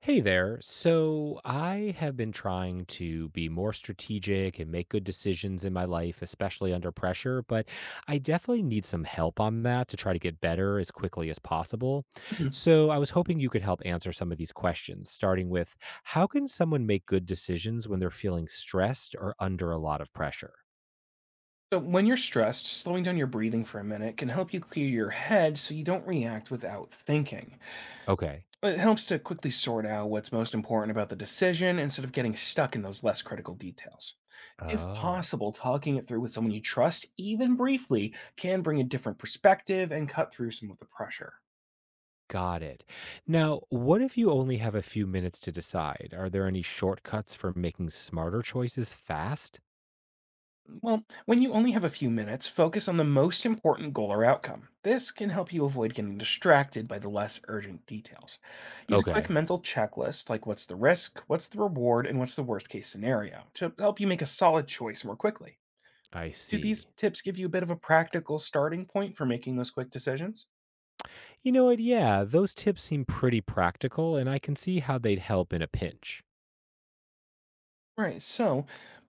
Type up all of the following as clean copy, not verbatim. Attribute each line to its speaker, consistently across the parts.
Speaker 1: Hey there. So, I have been trying to be more strategic and make good decisions in my life, especially under pressure, but I definitely need some help on that to try to get better as quickly as possible.
Speaker 2: Mhm.
Speaker 1: So, I was hoping you could help answer some of these questions, starting with how can someone make good decisions when they're feeling stressed or under a lot of pressure?
Speaker 2: So, when you're stressed, slowing down your breathing for a minute can help you clear your head so you don't react without thinking.
Speaker 1: Okay.
Speaker 2: It helps to quickly sort out what's most important about the decision instead of getting stuck in those less critical details. If
Speaker 1: Oh.
Speaker 2: possible, talking it through with someone you trust, even briefly, can bring a different perspective and cut through some of the pressure.
Speaker 1: Got it. Now, what if you only have a few minutes to decide? Are there any shortcuts for making smarter choices fast?
Speaker 2: Well, when you only have a few minutes, focus on the most important goal or outcome. This can help you avoid getting distracted by the less urgent details. Use a quick
Speaker 1: Okay,
Speaker 2: mental checklist like what's the risk, what's the reward, and what's the worst case scenario to help you make a solid choice more quickly.
Speaker 1: I
Speaker 2: Do these
Speaker 1: see.
Speaker 2: tips give you a bit of a practical starting point for making those quick decisions?
Speaker 1: You know what? Yeah, those tips seem pretty practical, and I can see how they'd help in a pinch.
Speaker 2: Right, so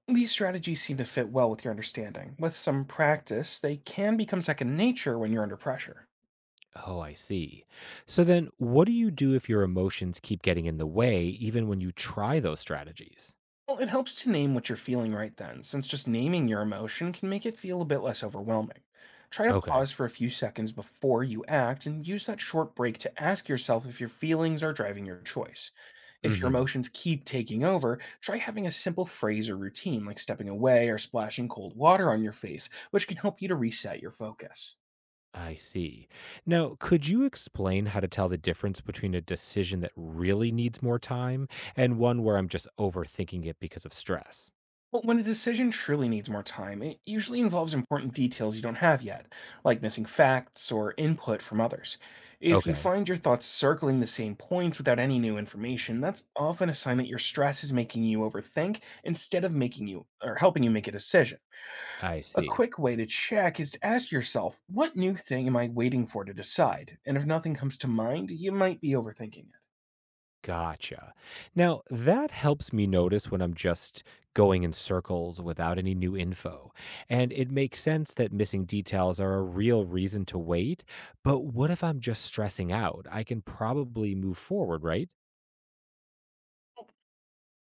Speaker 2: these strategies seem to fit well with your understanding. With some practice, they can become second nature when you're under pressure.
Speaker 1: Oh, I see. So then, what do you do if your emotions keep getting in the way, even when you try those strategies?
Speaker 2: Well, it helps to name what you're feeling right then, since just naming your emotion can make it feel a bit less overwhelming. Try to pause
Speaker 1: Okay.
Speaker 2: for a few seconds before you act and use that short break to ask yourself if your feelings are driving your choice. If your
Speaker 1: Hmm.
Speaker 2: emotions keep taking over, try having a simple phrase or routine like stepping away or splashing cold water on your face, which can help you to reset your focus.
Speaker 1: I see. Now, could you explain how to tell the difference between a decision that really needs more time and one where I'm just overthinking it because of stress?
Speaker 2: But when a decision truly needs more time, it usually involves important details you don't have yet, like missing facts or input from others. If you
Speaker 1: Okay.
Speaker 2: find your thoughts circling the same points without any new information, that's often a sign that your stress is making you overthink instead of making you or helping you make a decision.
Speaker 1: I
Speaker 2: A
Speaker 1: see.
Speaker 2: quick way to check is to ask yourself, what new thing am I waiting for to decide? And if nothing comes to mind, you might be overthinking it.
Speaker 1: Gotcha. Now, that helps me notice when I'm just going in circles without any new info. And it makes sense that missing details are a real reason to wait. But what if I'm just stressing out? I can probably move forward, right?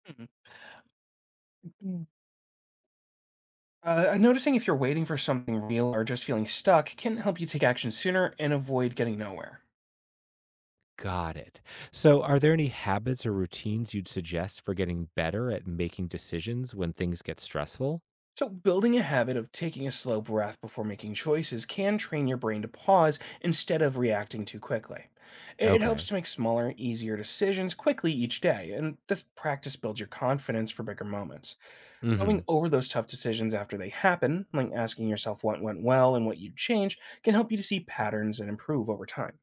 Speaker 2: Mhm. Noticing if you're waiting for something real or just feeling stuck can help you take action sooner and avoid getting nowhere.
Speaker 1: Got it. So, are there any habits or routines you'd suggest for getting better at making decisions when things get stressful?
Speaker 2: So, building a habit of taking a slow breath before making choices can train your brain to pause instead of reacting too quickly. It helps
Speaker 1: Okay.
Speaker 2: to make smaller, easier decisions quickly each day, and this practice builds your confidence for bigger moments.
Speaker 1: Mm hmm.
Speaker 2: Going over those tough decisions after they happen, like asking yourself what went well and what you'd change, can help you to see patterns and improve over time.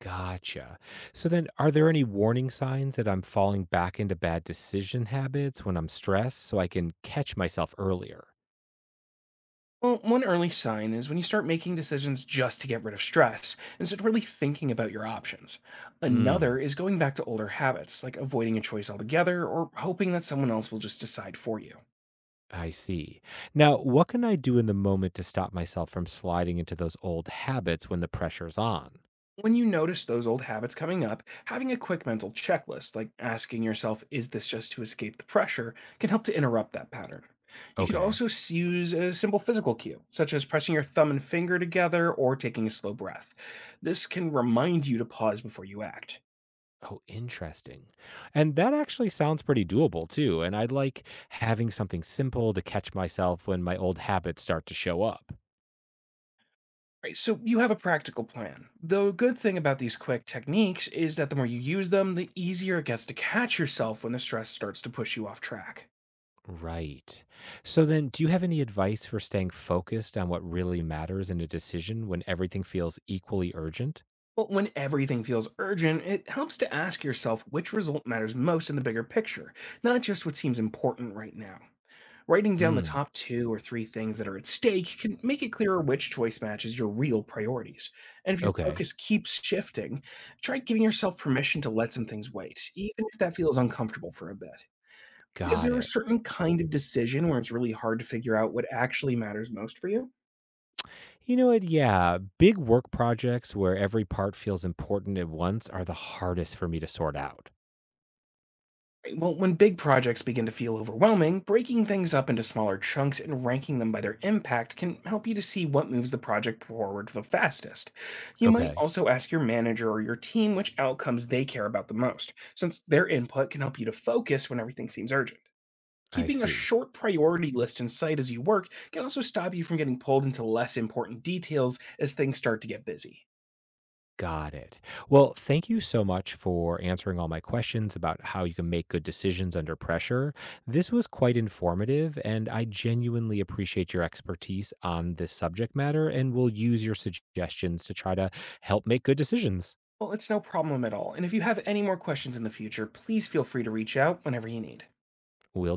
Speaker 1: Gotcha. So then, are there any warning signs that I'm falling back into bad decision habits when I'm stressed so I can catch myself earlier?
Speaker 2: Well, one early sign is when you start making decisions just to get rid of stress instead of really thinking about your options.
Speaker 1: Hmm,
Speaker 2: Another is going back to older habits, like avoiding a choice altogether or hoping that someone else will just decide for you.
Speaker 1: I see. Now, what can I do in the moment to stop myself from sliding into those old habits when the pressure's on?
Speaker 2: When you notice those old habits coming up, having a quick mental checklist, like asking yourself, is this just to escape the pressure, can help to interrupt that pattern. You can
Speaker 1: Okay.
Speaker 2: also use a simple physical cue, such as pressing your thumb and finger together or taking a slow breath. This can remind you to pause before you act.
Speaker 1: Oh, interesting. And that actually sounds pretty doable too. And I'd like having something simple to catch myself when my old habits start to show up.
Speaker 2: Right, so you have a practical plan. The good thing about these quick techniques is that the more you use them, the easier it gets to catch yourself when the stress starts to push you off track.
Speaker 1: Right. So then, do you have any advice for staying focused on what really matters in a decision when everything feels equally urgent?
Speaker 2: But when everything feels urgent, it helps to ask yourself which result matters most in the bigger picture, not just what seems important right now. Writing down the
Speaker 1: Mm,
Speaker 2: top two or three things that are at stake can make it clearer which choice matches your real priorities. And if your
Speaker 1: okay.
Speaker 2: focus keeps shifting, try giving yourself permission to let some things wait, even if that feels uncomfortable for a bit. Is
Speaker 1: Got
Speaker 2: there a
Speaker 1: it.
Speaker 2: certain kind of decision where it's really hard to figure out what actually matters most for you?
Speaker 1: You know what? Yeah. Big work projects where every part feels important at once are the hardest for me to sort out.
Speaker 2: Right. Well, when big projects begin to feel overwhelming, breaking things up into smaller chunks and ranking them by their impact can help you to see what moves the project forward the fastest. You might
Speaker 1: Okay.
Speaker 2: also ask your manager or your team which outcomes they care about the most, since their input can help you to focus when everything seems urgent.
Speaker 1: I
Speaker 2: Keeping a
Speaker 1: see.
Speaker 2: short priority list in sight as you work can also stop you from getting pulled into less important details as things start to get busy.
Speaker 1: Got it. Well, thank you so much for answering all my questions about how you can make good decisions under pressure. This was quite informative, and I genuinely appreciate your expertise on this subject matter and will use your suggestions to try to help make good decisions.
Speaker 2: Well, it's no problem at all. And if you have any more questions in the future, please feel free to reach out whenever you need.
Speaker 1: We'll